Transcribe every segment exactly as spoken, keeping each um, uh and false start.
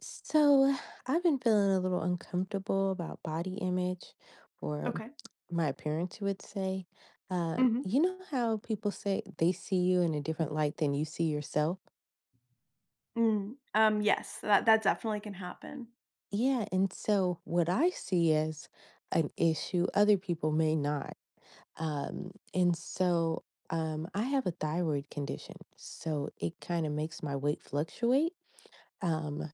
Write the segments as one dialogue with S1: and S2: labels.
S1: So, I've been feeling a little uncomfortable about body image or
S2: Okay.
S1: my appearance, you would say. Um,
S2: Mhm.
S1: you know how people say they see you in a different light than you see yourself?
S2: Mm. Um, yes, that that definitely can happen.
S1: Yeah. And so, what I see as an issue, other people may not. Um, and so, um, I have a thyroid condition. So, it kind of makes my weight fluctuate. Um,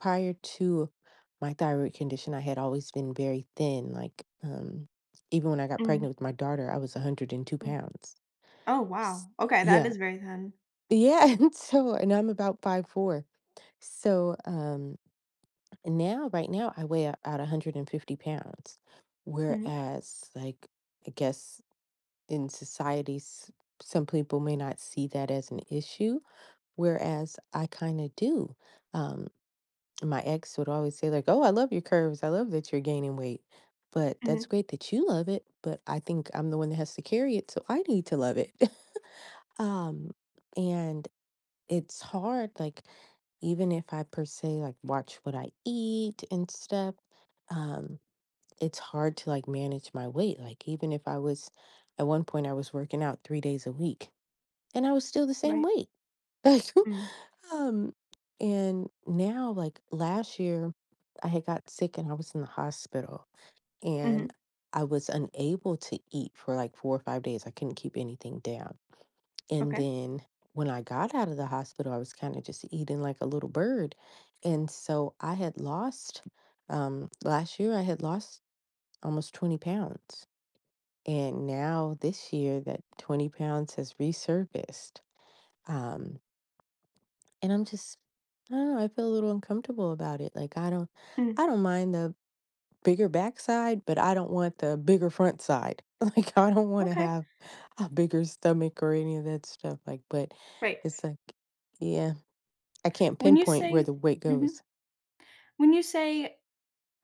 S1: Prior to my thyroid condition, I had always been very thin, like, um, even when I got
S2: Mm,
S1: pregnant with my daughter, I was 102
S2: mm.
S1: pounds.
S2: Oh,
S1: S
S2: wow. Okay, that
S1: Yeah.
S2: is very thin.
S1: Yeah, and so and I'm about five four. So, um, now right now, I weigh about one hundred fifty pounds,
S2: Mhm,
S1: whereas, like, I guess in society, s some people may not see that as an issue, whereas I kinda do. um My ex would always say like, "Oh, I love your curves. I love that you're gaining weight." But
S2: mhm,
S1: that's great that you love it, but I think I'm the one that has to carry it, so I need to love it. Um, and It's hard, like, even if I per se like watch what I eat and stuff, um, it's hard to like manage my weight. Like even if I was at one point I was working out three days a week and I was still the same
S2: right.
S1: weight. Like.
S2: Mm,
S1: Um, and now, like last year, I had got sick and I was in the hospital and
S2: mhm,
S1: I was unable to eat for like four or five days. I couldn't keep anything down. And
S2: okay.
S1: then when I got out of the hospital, I was kind of just eating like a little bird. And so I had lost, um, last year, I had lost almost twenty pounds. And now this year, that twenty pounds has resurfaced. Um, And I'm just I don't know, I feel a little uncomfortable about it, like, I don't
S2: Mm,
S1: I don't mind the bigger backside, but I don't want the bigger front side. Like, I don't wanna
S2: okay,
S1: have a bigger stomach or any of that stuff, like, but
S2: right.
S1: it's like yeah, I can't
S2: When you
S1: pinpoint where
S2: say
S1: the weight
S2: mhm,
S1: goes.
S2: when you say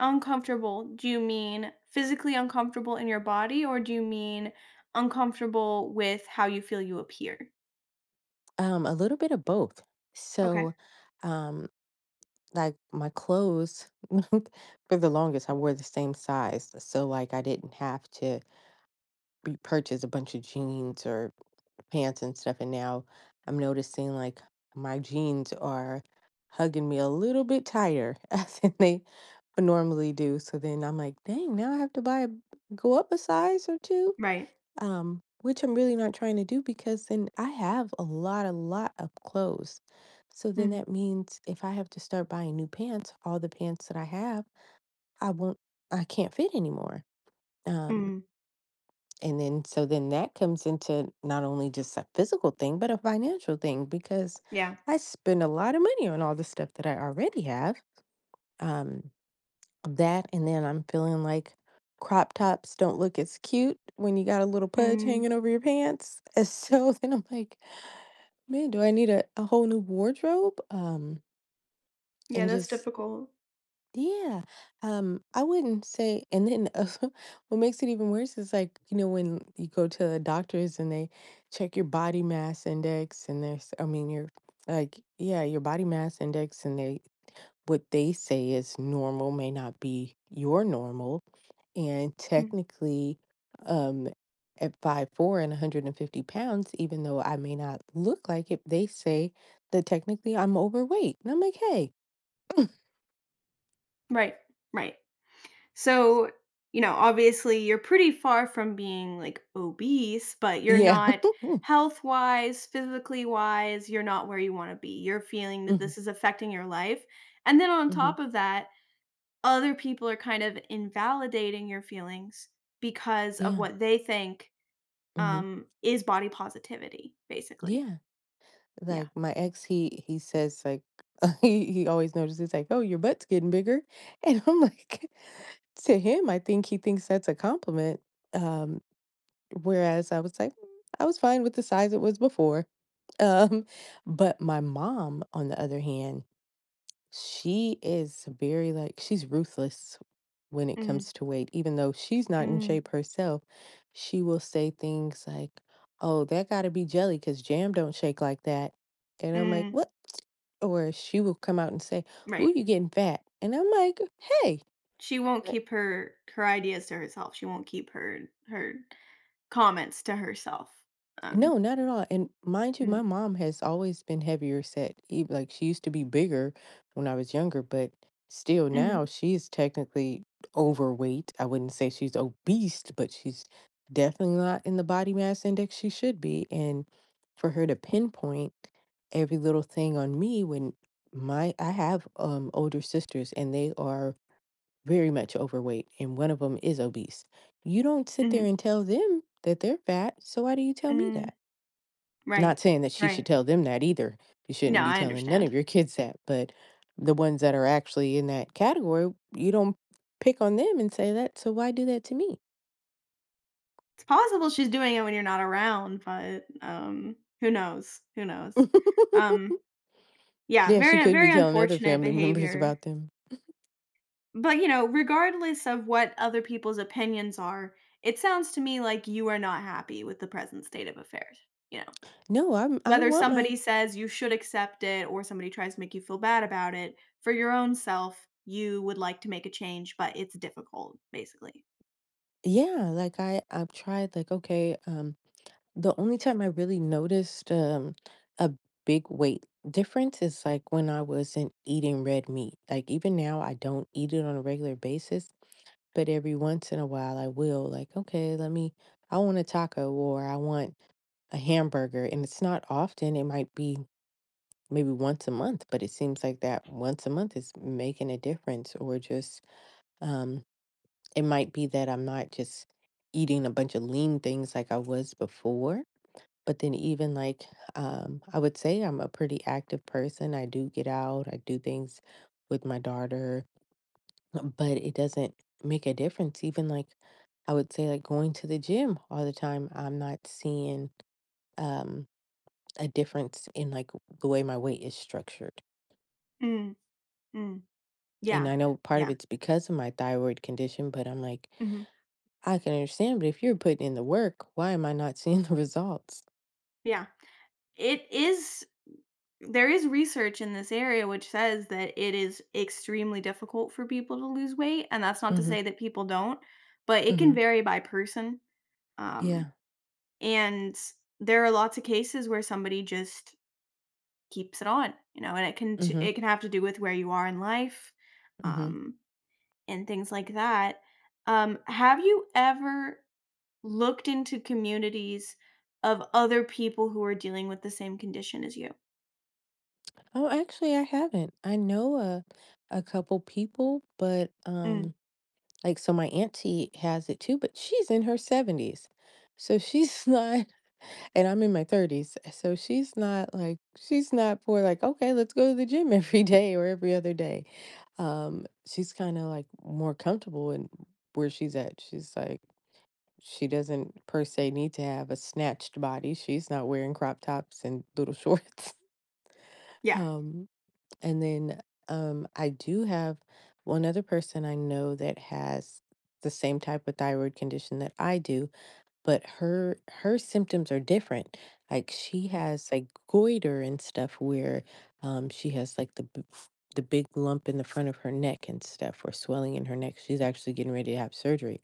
S2: uncomfortable, do you mean physically uncomfortable in your body, or do you mean uncomfortable with how you feel you appear?
S1: Um, a little bit of both.
S2: Okay,
S1: So, um, like, my clothes for the longest, I wore the same size, so, like, I didn't have to repurchase a bunch of jeans or pants and stuff, and now I'm noticing like my jeans are hugging me a little bit tighter than they normally do. So then I'm like, dang, now I have to buy a, go up a size or two.
S2: right.
S1: Um, which I'm really not trying to do because then I have a lot, a lot of clothes. So then
S2: Mm,
S1: that means if I have to start buying new pants, all the pants that I have, I won't, I can't fit anymore. Um,
S2: mm,
S1: and then, so then that comes into not only just a physical thing, but a financial thing because
S2: yeah.
S1: I spend a lot of money on all the stuff that I already have. Um, that, and then I'm feeling like crop tops don't look as cute when you got a little pudge
S2: Mm,
S1: hanging over your pants. And so then I'm like, man, do I need a, a whole new wardrobe? Um,
S2: yeah,
S1: and
S2: that's
S1: just
S2: difficult.
S1: Yeah, um, I wouldn't say and then, uh, what makes it even worse is, like, you know, when you go to the doctors and they check your body mass index and there's I mean, your like, yeah, your body mass index and they what they say is normal may not be your normal, and
S2: Mm,
S1: technically, um, at five four and one hundred fifty pounds, even though I may not look like it, they say that technically I'm overweight, and I'm like, "Hey."
S2: right, right. So, you know, obviously you're pretty far from being like obese, but you're
S1: Yeah.
S2: not health wise, physically wise, you're not where you want to be. You're feeling that
S1: Mhm,
S2: this is affecting your life. And then on
S1: mhm.
S2: top of that, other people are kind of invalidating your feelings because of
S1: Yeah.
S2: what they think
S1: Mhm.
S2: um, is body positivity, basically.
S1: Yeah.
S2: Yeah.
S1: Like my ex, he he says like he he always notices like, "Oh, your butt's getting bigger," and I'm like, to him, I think he thinks that's a compliment. Um, Whereas I was like, "Mm, I was fine with the size it was before." Um, but my mom, on the other hand, she is very, like she's ruthless when it
S2: Mm,
S1: comes to weight. Even though she's not in
S2: mm,
S1: shape herself, she will say things like, "Oh, that gotta be jelly because jam don't shake like that." And I'm like,
S2: mm.
S1: "What?" Or she will come out and say, "Ooh,
S2: Right.
S1: you getting fat." And I'm like, "Hey."
S2: She won't keep her her ideas to herself. She won't keep her her comments to herself.
S1: No,
S2: Um,
S1: not at all, and mind you,
S2: mm,
S1: my mom has always been heavier set, e like, she used to be bigger when I was younger, but still
S2: mhm,
S1: now she's technically overweight. I wouldn't say she's obese, but she's definitely not in the body mass index she should be, and for her to pinpoint every little thing on me when my I have, um, older sisters, and they are very much overweight, and one of them is obese. You don't sit there
S2: mhm,
S1: and tell them that they're fat, so why do you tell me that?
S2: mm,
S1: Not
S2: right,
S1: saying that she should
S2: right.
S1: tell them that either. You shouldn't
S2: No,
S1: be
S2: I
S1: telling none of
S2: understand.
S1: your kids that, but the ones that are actually in that category, you don't pick on them and say that, so why do that to me?
S2: It's possible she's doing it when you're not around, but, um, who knows, who knows? Um, yeah,
S1: Yeah, she
S2: very
S1: could be
S2: very
S1: telling other
S2: unfortunate
S1: family members
S2: behavior.
S1: about them.
S2: But, you know, regardless of what other people's opinions are, it sounds to me like you are not happy with the present state of affairs, you know?
S1: No, I'm I
S2: Whether
S1: want my
S2: somebody says you should accept it or somebody tries to make you feel bad about it, for your own self, you would like to make a change, but it's difficult, basically.
S1: yeah, like I I've tried like okay, um the only time I really noticed um a big weight difference is like when I wasn't eating red meat. Like even now I don't eat it on a regular basis. But every once in a while, I will, like, okay, let me, I want a taco or I want a hamburger. And it's not often, it might be maybe once a month, but it seems like that once a month is making a difference. Or just, um, it might be that I'm not just eating a bunch of lean things like I was before. But then, even like, um, I would say I'm a pretty active person. I do get out, I do things with my daughter but it doesn't make a difference. Even like I would say, like going to the gym all the time, I'm not seeing um, a difference in like the way my weight is structured.
S2: Mm, mm.
S1: And
S2: Yeah.
S1: I know part of
S2: Yeah.
S1: it's because of my thyroid condition, but I'm like,
S2: Mhm.
S1: I can understand. But if you're putting in the work, why am I not seeing the results?
S2: Yeah. It is there is research in this area which says that it is extremely difficult for people to lose weight, and that's not to
S1: Mm-hmm.
S2: say that people don't, but it can
S1: Mm-hmm.
S2: vary by person. Um,
S1: Yeah.
S2: and there are lots of cases where somebody just keeps it on, you know, and it can t
S1: Mm-hmm.
S2: it can have to do with where you are in life,
S1: Mm-hmm.
S2: um, and things like that. Um, have you ever looked into communities of other people who are dealing with the same condition as you?
S1: Oh, actually, I haven't. I know a a couple people, but
S2: Mm,
S1: um, like, so my auntie has it too, but she's in her seventies. So she's not and I'm in my thirties. So she's not like she's not for like, "Okay, let's go to the gym every day or every other day." Um, she's kinda like more comfortable in where she's at. She's like she doesn't per se need to have a snatched body. She's not wearing crop tops and little shorts.
S2: yeah,
S1: Um and then, um, I do have one other person I know that has the same type of thyroid condition that I do, but her her symptoms are different. Like she has like goiter and stuff where um she has like the b- the big lump in the front of her neck and stuff or swelling in her neck. She's actually getting ready to have surgery.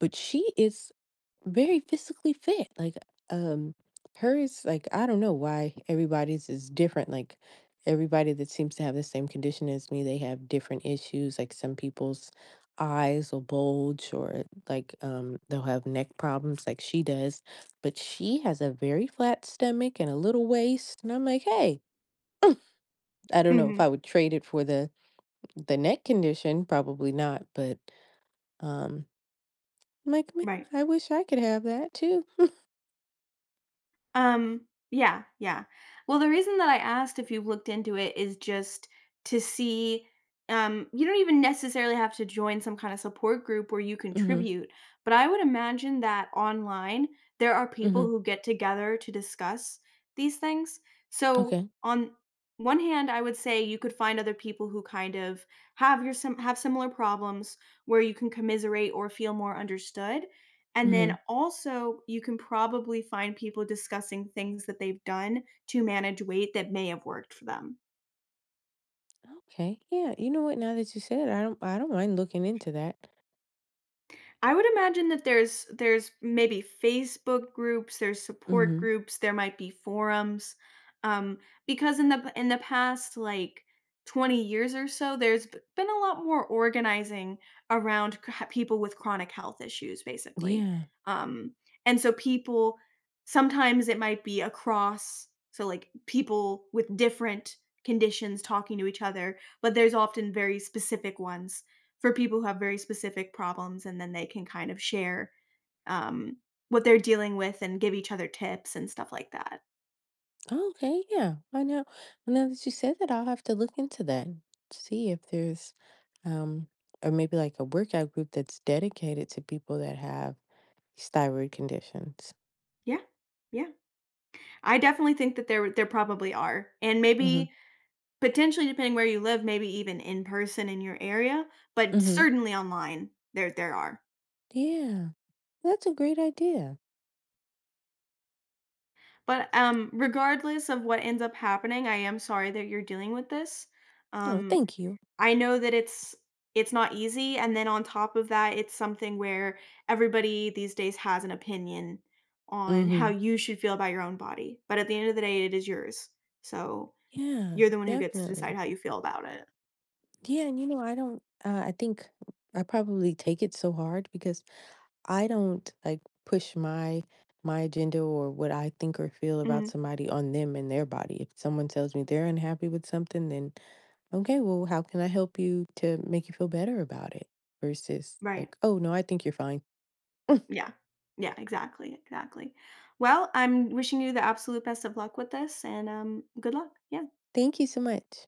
S1: But she is very physically fit. Like, um, hers, like, I don't know why everybody's is different. Like, everybody that seems to have the same condition as me, they have different issues. Like, some people's eyes will bulge, or like, um, they'll have neck problems, like she does. But she has a very flat stomach and a little waist. And I'm like, hey, I don't know if
S2: mhm,
S1: I would trade it for the the neck condition, probably not. But um, I'm like, "Man,
S2: right.
S1: I wish I could have that too."
S2: Um, yeah, yeah. Well, the reason that I asked if you've looked into it is just to see um you don't even necessarily have to join some kind of support group where you
S1: Hmm.
S2: contribute, but I would imagine that online there are people
S1: Hmm.
S2: who get together to discuss these things. So,
S1: Okay.
S2: on one hand, I would say you could find other people who kind of have your sim- have similar problems where you can commiserate or feel more understood. And
S1: Hmm.
S2: then also, you can probably find people discussing things that they've done to manage weight that may have worked for them.
S1: Okay. Yeah. You know what? Now that you said, it, I don't. I don't mind looking into that.
S2: I would imagine that there's there's maybe Facebook groups, there's support
S1: Hmm.
S2: groups, there might be forums, um, because in the in the past like twenty years or so, there's b- been a lot more organizing around c- people with chronic health issues, basically.
S1: Yeah.
S2: Um, and so people sometimes it might be across, so like people with different conditions talking to each other, but there's often very specific ones for people who have very specific problems and then they can kind of share um, what they're dealing with and give each other tips and stuff like that.
S1: Okay. Yeah. I know. Now that you said that, I'll have to look into that. See if there's, um, or maybe like a workout group that's dedicated to people that have these thyroid conditions.
S2: Yeah. Yeah. I definitely think that there there probably are. And
S1: Hmm.
S2: maybe potentially depending where you live, maybe even in person in your area, but
S1: Hmm.
S2: certainly online there there are.
S1: Yeah. That's a great idea.
S2: But um regardless of what ends up happening, I am sorry that you're dealing with this.
S1: Oh,
S2: Um
S1: thank you.
S2: I know that it's it's not easy, and then on top of that, it's something where everybody these days has an opinion on how
S1: Hmm.
S2: you should feel about your own body, but at the end of the day, it is yours. So,
S1: Yeah.
S2: you're the one who gets to decide
S1: Definitely.
S2: how you feel about it.
S1: Yeah. And you know, I don't. Uh, I think I probably take it so hard because I don't like push my my agenda or what I think or feel about
S2: Mhm.
S1: somebody on them and their body. If someone tells me they're unhappy with something, then okay, well, how can I help you to make you feel better about it? Versus
S2: Right.
S1: like, oh no, I think you're fine.
S2: Yeah. Yeah, exactly, exactly. Well, I'm wishing you the absolute best of luck with this and, um, good luck. Yeah.
S1: Thank you so much.